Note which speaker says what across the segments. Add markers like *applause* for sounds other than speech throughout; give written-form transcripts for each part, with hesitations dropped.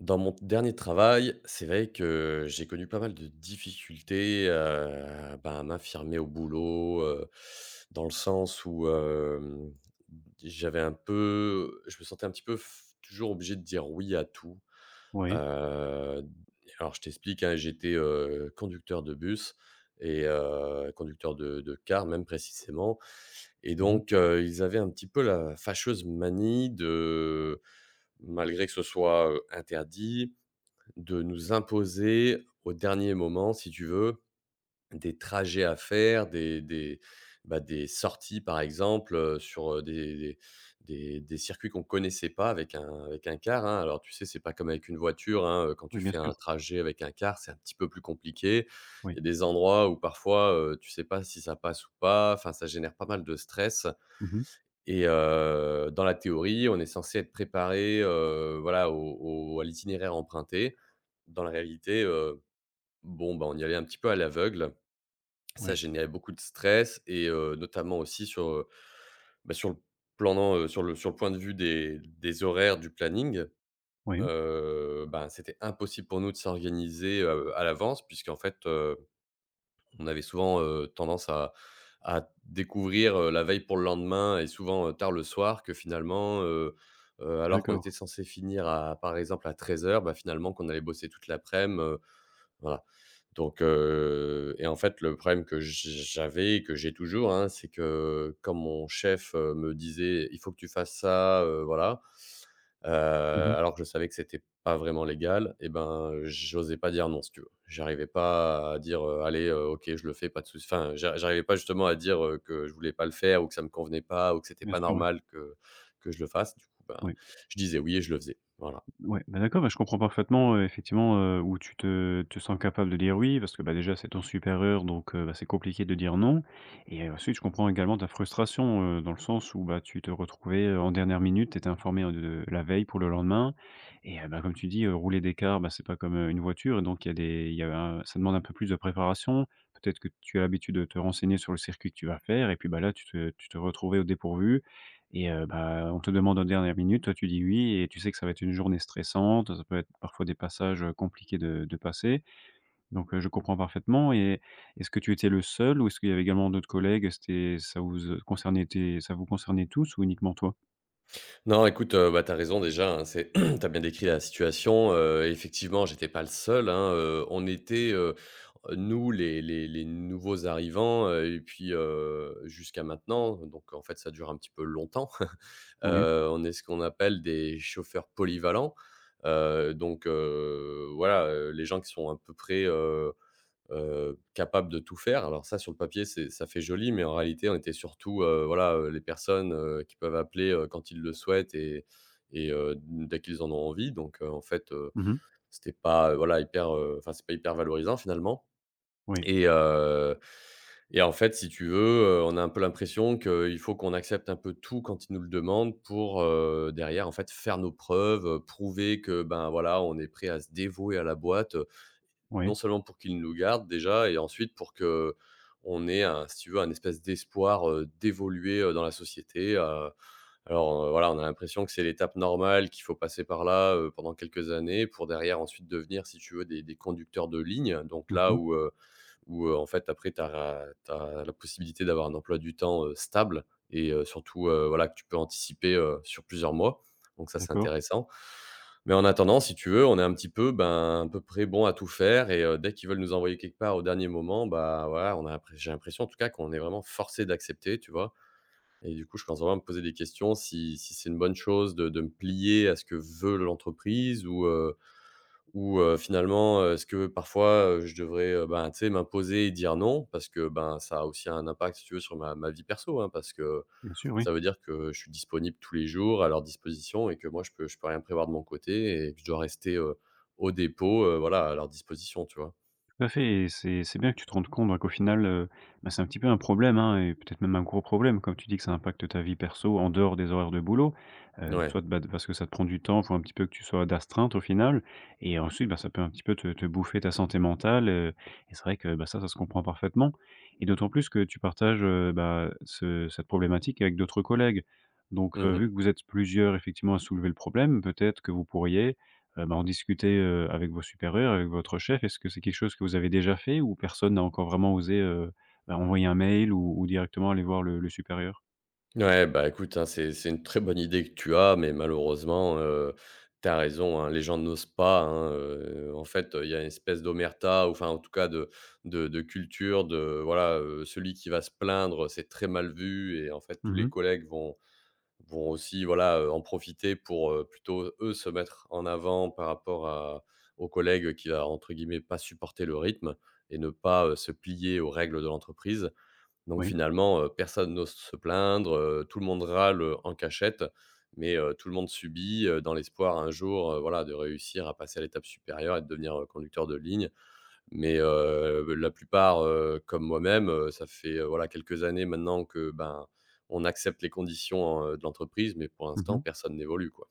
Speaker 1: Dans mon dernier travail, c'est vrai que j'ai connu pas mal de difficultés, ben, à m'affirmer au boulot, dans le sens où, j'avais un peu je me sentais un petit peu f toujours obligé de dire «oui» à tout.
Speaker 2: Oui.
Speaker 1: Heu, alors je t'explique, hein, j'étais, conducteur de bus et conducteur de car même précisément. Et
Speaker 2: Mmh.
Speaker 1: donc ils avaient un petit peu la fâcheuse manie de, malgré que ce soit, interdit, de nous imposer au dernier moment, si tu veux, des trajets à faire, bah, des sorties par exemple, sur, des circuits qu'on connaissait pas, avec un car, hein. Alors tu sais, c'est pas comme avec une voiture, hein, quand
Speaker 2: Oui,
Speaker 1: tu
Speaker 2: bien
Speaker 1: fais
Speaker 2: sûr.
Speaker 1: un trajet avec un car, c'est un petit peu plus compliqué. Il
Speaker 2: Oui.
Speaker 1: y a des endroits où parfois, tu sais pas si ça passe ou pas, enfin ça génère pas mal de stress.
Speaker 2: Mmh.
Speaker 1: Et dans la théorie, on est censé être préparé, voilà, au au à l'itinéraire emprunté. Dans la réalité, bon, bah, on y allait un petit peu à l'aveugle. Ça
Speaker 2: Oui.
Speaker 1: générait beaucoup de stress, et notamment aussi sur, bah, sur le plan, sur le point de vue des horaires du planning.
Speaker 2: Oui.
Speaker 1: Ben, c'était impossible pour nous de s'organiser, à l'avance puisqu'en fait, on avait souvent, tendance à découvrir, la veille pour le lendemain, et souvent, tard le soir, que finalement, alors qu'on
Speaker 2: D'accord.
Speaker 1: était censé finir à par exemple à 13h, bah, finalement qu'on allait bosser toute laprès midi. Voilà. Donc et en fait, le problème que j'avais et que j'ai toujours, hein, c'est que comme mon chef, me disait: «Il faut que tu fasses ça, voilà»,
Speaker 2: Mmh.
Speaker 1: alors que je savais que c'était pas vraiment légal, et ben, j'osais pas dire non, si tu veux. J'arrivais pas à dire, «Allez, OK, je le fais, pas de souci». Enfin, j'arrivais pas justement à dire, que je voulais pas le faire, ou que ça me convenait pas, ou que c'était
Speaker 2: Bien
Speaker 1: pas
Speaker 2: sûr, oui.
Speaker 1: normal que je le fasse. Du coup, ben,
Speaker 2: Oui.
Speaker 1: je disais oui et je le faisais. Voilà.
Speaker 2: Ouais, bah, d'accord, bah, je comprends parfaitement, effectivement, où tu te sens capable de dire oui parce que, bah, déjà c'est ton supérieur donc, bah, c'est compliqué de dire non. Ensuite je comprends également ta frustration, dans le sens où, bah, tu te retrouvais, en dernière minute, tu étais informé, de la veille pour le lendemain. Bah, comme tu dis, rouler des cars, bah, c'est pas comme, une voiture et donc il y a un, ça demande un peu plus de préparation. Peut-être que tu as l'habitude de te renseigner sur le circuit que tu vas faire et puis, bah, là tu te retrouvais au dépourvu. Bah, on te demande en dernière minute, toi, tu dis oui et tu sais que ça va être une journée stressante, ça peut être parfois des passages, compliqués de passer. Donc je comprends parfaitement et est-ce que tu étais le seul ou est-ce qu'il y avait également d'autres collègues? C'était ça vous, concernait tes, ça vous concernait tous ou uniquement toi?
Speaker 1: Non, écoute, bah, tu as raison déjà, hein, c'est *clears throat* tu as bien décrit la situation, effectivement, j'étais pas le seul, hein, on était, nous les nouveaux arrivants, et puis, jusqu'à maintenant, donc en fait, ça dure un petit peu longtemps. *laughs*
Speaker 2: Oui.
Speaker 1: On est ce qu'on appelle des chauffeurs polyvalents, donc voilà, les gens qui sont à peu près, capables de tout faire. Alors ça, sur le papier, c'est ça fait joli, mais en réalité, on était surtout, voilà, les personnes, qui peuvent appeler, quand ils le souhaitent, et dès qu'ils en ont envie. Donc en fait,
Speaker 2: Mmh.
Speaker 1: c'était pas, voilà, hyper, enfin, c'est pas hyper valorisant finalement.
Speaker 2: Oui.
Speaker 1: et heu et en fait, si tu veux, on a un peu l'impression qu'il faut qu'on accepte un peu tout quand ils nous le demandent pour, derrière, en fait, faire nos preuves, prouver que, ben, voilà, on est prêt à se dévouer à la boîte, non
Speaker 2: Oui.
Speaker 1: seulement pour qu'il nous garde déjà, et ensuite pour que on ait un, si tu veux, un espèce d'espoir, d'évoluer, dans la société. Alors, voilà, on a l'impression que c'est l'étape normale, qu'il faut passer par là, pendant quelques années pour derrière ensuite devenir, si tu veux, des conducteurs de ligne. Donc là
Speaker 2: Mmh.
Speaker 1: où, en fait après tu as la possibilité d'avoir un emploi du temps, stable, et surtout, voilà, que tu peux anticiper, sur plusieurs mois. Donc ça, c'est
Speaker 2: D'accord.
Speaker 1: intéressant. Mais en attendant, si tu veux, on est un petit peu, ben, à peu près bon à tout faire. Et dès qu'ils veulent nous envoyer quelque part au dernier moment, bah, voilà, on a l'impré j'ai l'impression en tout cas qu'on est vraiment forcé d'accepter, tu vois? Et du coup, je commence vraiment à me poser des questions si c'est une bonne chose de me plier à ce que veut l'entreprise, ou finalement, est-ce que parfois, je devrais, ben, tu sais, m'imposer et dire non? Parce que, ben, ça a aussi un impact, si tu veux, sur ma vie perso, hein, parce que
Speaker 2: Bien sûr, oui.
Speaker 1: ça veut dire que je suis disponible tous les jours à leur disposition, et que moi je peux rien prévoir de mon côté, et que je dois rester, au dépôt, voilà, à leur disposition, tu vois?
Speaker 2: Tout à fait et c'est bien que tu te rendes compte, bah, qu'au final, bah, c'est un petit peu un problème, hein, et peut-être même un gros problème. Comme tu dis que ça impacte ta vie perso en dehors des horaires de boulot,
Speaker 1: Ouais.
Speaker 2: soit, bah, parce que ça te prend du temps, faut un petit peu que tu sois d'astreinte au final, et ensuite, bah, ça peut un petit peu te bouffer ta santé mentale. Et c'est vrai que, bah, ça se comprend parfaitement et d'autant plus que tu partages, bah, ce cette problématique avec d'autres collègues. Donc
Speaker 1: Mmh.
Speaker 2: vu que vous êtes plusieurs effectivement à soulever le problème, peut-être que vous pourriez, bah, en discuter, avec vos supérieurs, avec votre chef? Est-ce que c'est quelque chose que vous avez déjà fait ou personne n'a encore vraiment osé, bah, envoyer un mail ou directement aller voir le supérieur?
Speaker 1: Ouais, bah, écoute, hein, c'est une très bonne idée que tu as, mais malheureusement, tu raison, hein, les gens n'osent pas, hein, en fait, il y a une espèce d'omerta, ou enfin, en tout cas, de culture de, voilà, celui qui va se plaindre, c'est très mal vu, et en fait tous les
Speaker 2: Mmh.
Speaker 1: collègues vont vont aussi, voilà, en profiter pour, plutôt eux se mettre en avant par rapport à au collègue qui va, entre guillemets, «pas supporter le rythme» et ne pas, se plier aux règles de l'entreprise. Donc
Speaker 2: Oui.
Speaker 1: finalement, personne n'ose se plaindre, tout le monde râle en cachette, mais tout le monde subit, dans l'espoir un jour, voilà, de réussir à passer à l'étape supérieure et de devenir, conducteur de ligne. Mais la plupart, comme moi-même, ça fait, voilà, quelques années maintenant que, ben, on accepte les conditions, de l'entreprise, mais pour l'instant
Speaker 2: Mmh.
Speaker 1: personne n'évolue, quoi.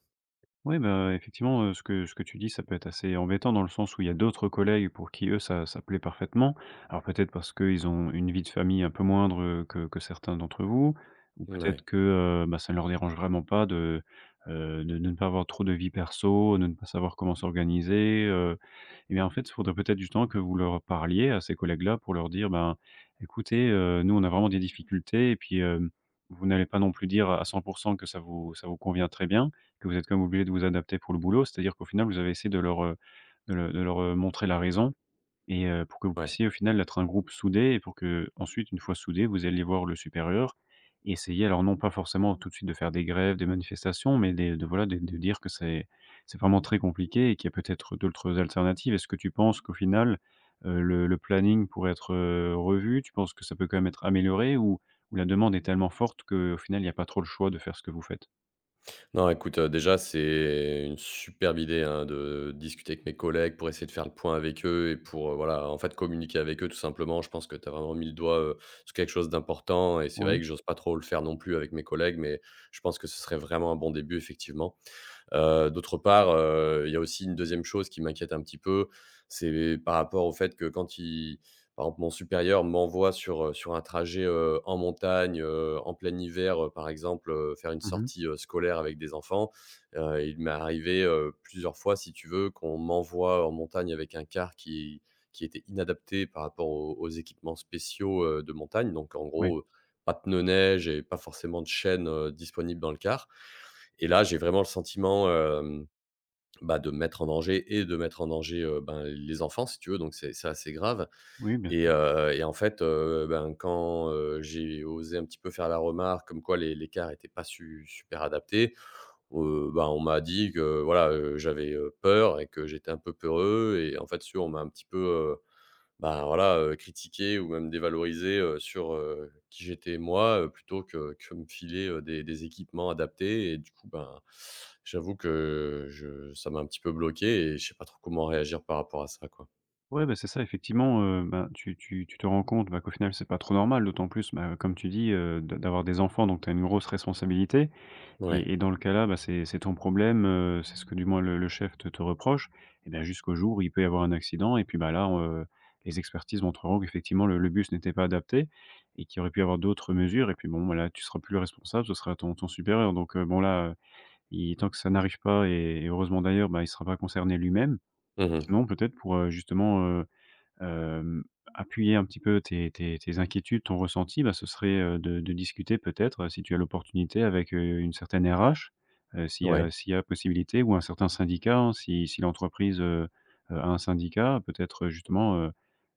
Speaker 2: Oui, bah, effectivement, ce que tu dis, ça peut être assez embêtant dans le sens où il y a d'autres collègues pour qui eux ça plaît parfaitement. Alors peut-être parce qu'ils ont une vie de famille un peu moindre, que certains d'entre vous ou peut-être
Speaker 1: Ouais,
Speaker 2: que, bah, ça ne leur dérange vraiment pas de, de ne pas avoir trop de vie perso, de ne pas savoir comment s'organiser. Et bien, en fait, il faudrait peut-être du temps que vous leur parliez à ces collègues-là pour leur dire: «Ben, écoutez, nous on a vraiment des difficultés et puis, vous n'allez pas non plus dire à cent pour 100 que ça vous convient très bien, que vous êtes quand même obligés de vous adapter pour le boulot.» C'est-à-dire qu'au final, vous avez essayé de leur, de leur montrer la raison et pour que vous
Speaker 1: ouais.
Speaker 2: puissiez au final être un groupe soudé et pour qu'ensuite, une fois soudés, vous alliez voir le supérieur et essayer, alors non pas forcément tout de suite de faire des grèves, des manifestations, mais des de voilà, de dire que c'est vraiment très compliqué et qu'il y a peut-être d'autres alternatives. Est-ce que tu penses qu'au final, le planning pourrait être, revu? Tu penses que ça peut quand même être amélioré ou la demande est tellement forte qu'au final, il y a pas trop le choix de faire ce que vous faites?
Speaker 1: Non, écoute, déjà c'est une superbe idée, hein, de discuter avec mes collègues pour essayer de faire le point avec eux et pour, voilà, en fait, communiquer avec eux tout simplement. Je pense que tu as vraiment mis le doigt, sur quelque chose d'important, et c'est vrai
Speaker 2: Oui.
Speaker 1: que j'ose pas trop le faire non plus avec mes collègues, mais je pense que ce serait vraiment un bon début effectivement. D'autre part, il y a aussi une deuxième chose qui m'inquiète un petit peu, c'est par rapport au fait que quand il par exemple, mon supérieur m'envoie sur, sur un trajet, en montagne, en plein hiver, par exemple, faire une
Speaker 2: Mmh mh.
Speaker 1: sortie, scolaire avec des enfants. Il m'est arrivé, plusieurs fois, si tu veux, qu'on m'envoie en montagne avec un car qui était inadapté par rapport aux équipements spéciaux, de montagne. Donc en
Speaker 2: Ouais.
Speaker 1: gros, pas de pneus neige et pas forcément de chaînes, disponibles dans le car. Et là, j'ai vraiment le sentiment, bah, de me mettre en danger et de mettre en danger, ben, les enfants, si tu veux, donc c'est assez grave.
Speaker 2: Oui, bien sûr.
Speaker 1: Et en fait, ben, quand, j'ai osé un petit peu faire la remarque comme quoi les cars pas su super adaptés, ben, on m'a dit que voilà, j'avais, peur et que j'étais un peu peureux, et en fait, si tu veux, on m'a un petit peu, bah, voilà, critiquer ou même dévaloriser, sur, qui j'étais moi, plutôt que me filer, des équipements adaptés. Et du coup, ben, j'avoue que je ça m'a un petit peu bloqué et je sais pas trop comment réagir par rapport à ça, quoi.
Speaker 2: Ouais, bah, c'est ça effectivement, bah, tu te rends compte, bah, qu'au final c'est pas trop normal, d'autant plus, bah, comme tu dis, d'avoir des enfants donc tu as une grosse responsabilité
Speaker 1: Ouais.
Speaker 2: et dans le cas là, bah, c'est ton problème, c'est ce que du moins le chef te reproche et ben, jusqu'au jour où il peut y avoir un accident et puis, bah, là, les expertises montreront qu'effectivement le bus n'était pas adapté et qu'il y aurait pu y avoir d'autres mesures et puis bon, voilà, tu seras plus le responsable, ce sera ton supérieur donc, bon là, il tant que ça n'arrive pas et et heureusement d'ailleurs, bah, il sera pas concerné lui-même.
Speaker 1: Mmh.
Speaker 2: Sinon, peut-être pour, justement, hem, appuyer un petit peu tes inquiétudes, ton ressenti, bah, ce serait, de discuter peut-être, si tu as l'opportunité avec, une certaine RH, s'il y a
Speaker 1: Ouais,
Speaker 2: s'il y a possibilité ou un certain syndicat, hein, si si l'entreprise, a un syndicat, peut-être, justement,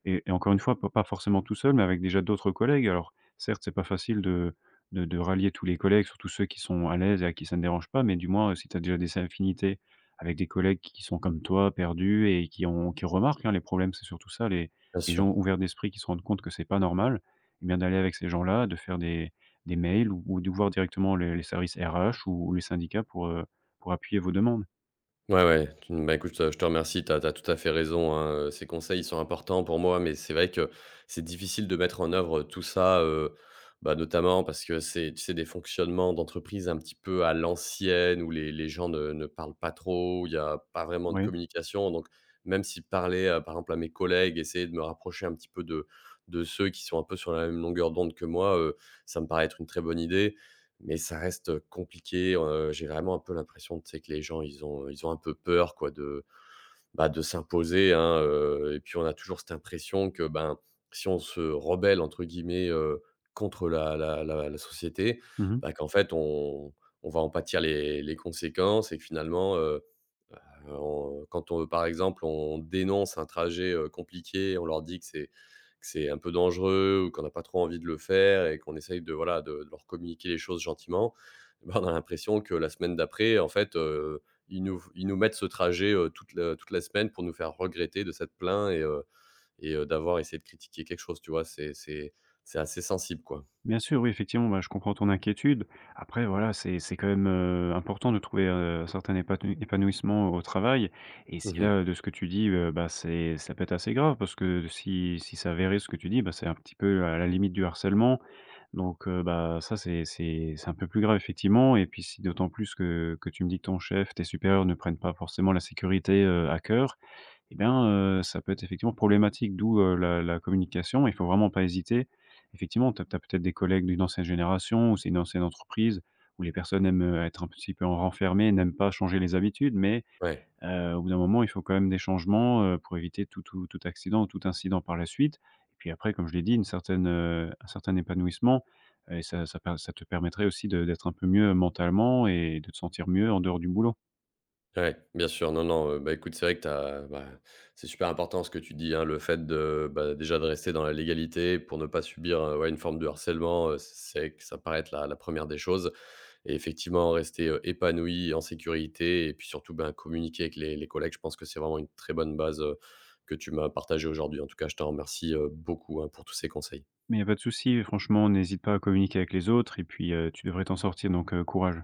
Speaker 2: et encore une fois, pas forcément tout seul, mais avec déjà d'autres collègues. Alors certes, c'est pas facile de de rallier tous les collègues, surtout ceux qui sont à l'aise et à qui ça ne dérange pas, mais du moins, si tu as déjà des affinités avec des collègues qui sont comme toi, perdus et qui ont qui remarquent, hein, les problèmes. C'est surtout ça,
Speaker 1: bien
Speaker 2: les gens
Speaker 1: sûr.
Speaker 2: ouverts d'esprit qui se rendent compte que c'est pas normal et bien d'aller avec ces gens-là, de faire des mails ou de voir directement les services RH ou les syndicats pour appuyer vos demandes.
Speaker 1: Ouais, ouais, tu, bah, écoute, je te remercie, tu as tout à fait raison, hein, ces conseils sont importants pour moi, mais c'est vrai que c'est difficile de mettre en œuvre tout ça, bah, notamment parce que c'est, tu sais, des fonctionnements d'entreprise un petit peu à l'ancienne, où les gens ne parlent pas trop, où il y a pas vraiment de
Speaker 2: Oui.
Speaker 1: communication. Donc même si parler, par exemple à mes collègues, essayer de me rapprocher un petit peu de ceux qui sont un peu sur la même longueur d'onde que moi, ça me paraît être une très bonne idée. Mais ça reste compliqué, j'ai vraiment un peu l'impression, tu sais, que les gens ils ont un peu peur, quoi, de, bah, de s'imposer, hein, et puis on a toujours cette impression que, ben, si on se «rebelle», entre guillemets, contre la société,
Speaker 2: Mmh mh.
Speaker 1: bah, qu'en fait on va en pâtir les conséquences, et que finalement, on, quand on, par exemple, on dénonce un trajet, compliqué, on leur dit que c'est un peu dangereux ou qu'on n'a pas trop envie de le faire, et qu'on essaye de, voilà, de leur communiquer les choses gentiment, bah, on a l'impression que la semaine d'après, en fait, ils nous mettent ce trajet, toute la semaine, pour nous faire regretter de s'être plaints et d'avoir essayé de critiquer quelque chose, tu vois? C'est assez sensible, quoi.
Speaker 2: Bien sûr, oui, effectivement, bah, je comprends ton inquiétude. Après, voilà, c'est quand même, important de trouver, un certain épanouissement au travail et si
Speaker 1: Mmh.
Speaker 2: là, de ce que tu dis, bah, c'est ça peut être assez grave parce que si si ça avéré ce que tu dis, bah, c'est un petit peu à la limite du harcèlement. Donc bah, ça, c'est un peu plus grave effectivement et puis si d'autant plus que tu me dis que ton chef, tes supérieurs ne prennent pas forcément la sécurité, à cœur, eh bien, ça peut être effectivement problématique, d'où, la communication. Il faut vraiment pas hésiter. Effectivement, tu as peut-être des collègues d'une ancienne génération ou c'est une ancienne entreprise où les personnes aiment, être un petit peu renfermées, n'aiment pas changer les habitudes, mais,
Speaker 1: Ouais.
Speaker 2: au bout d'un moment, il faut quand même des changements, pour éviter tout accident ou tout incident par la suite. Et puis après, comme je l'ai dit, un certain épanouissement et ça te permettrait aussi de d'être un peu mieux mentalement et de te sentir mieux en dehors du boulot.
Speaker 1: Ouais, bien sûr. Non, non, bah, écoute, c'est vrai que t'as, bah, c'est super important ce que tu dis, hein. Le fait de, bah, déjà de rester dans la légalité pour ne pas subir, ouais, une forme de harcèlement, c'est que ça paraît être la 1 des choses, et effectivement rester, épanoui, en sécurité, et puis surtout, ben, communiquer avec les collègues. Je pense que c'est vraiment une très bonne base, que tu m'as partagée aujourd'hui. En tout cas, je te remercie, beaucoup, hein, pour tous ces conseils.
Speaker 2: Mais il y a pas de souci, franchement, n'hésite pas à communiquer avec les autres et puis, tu devrais t'en sortir donc, courage.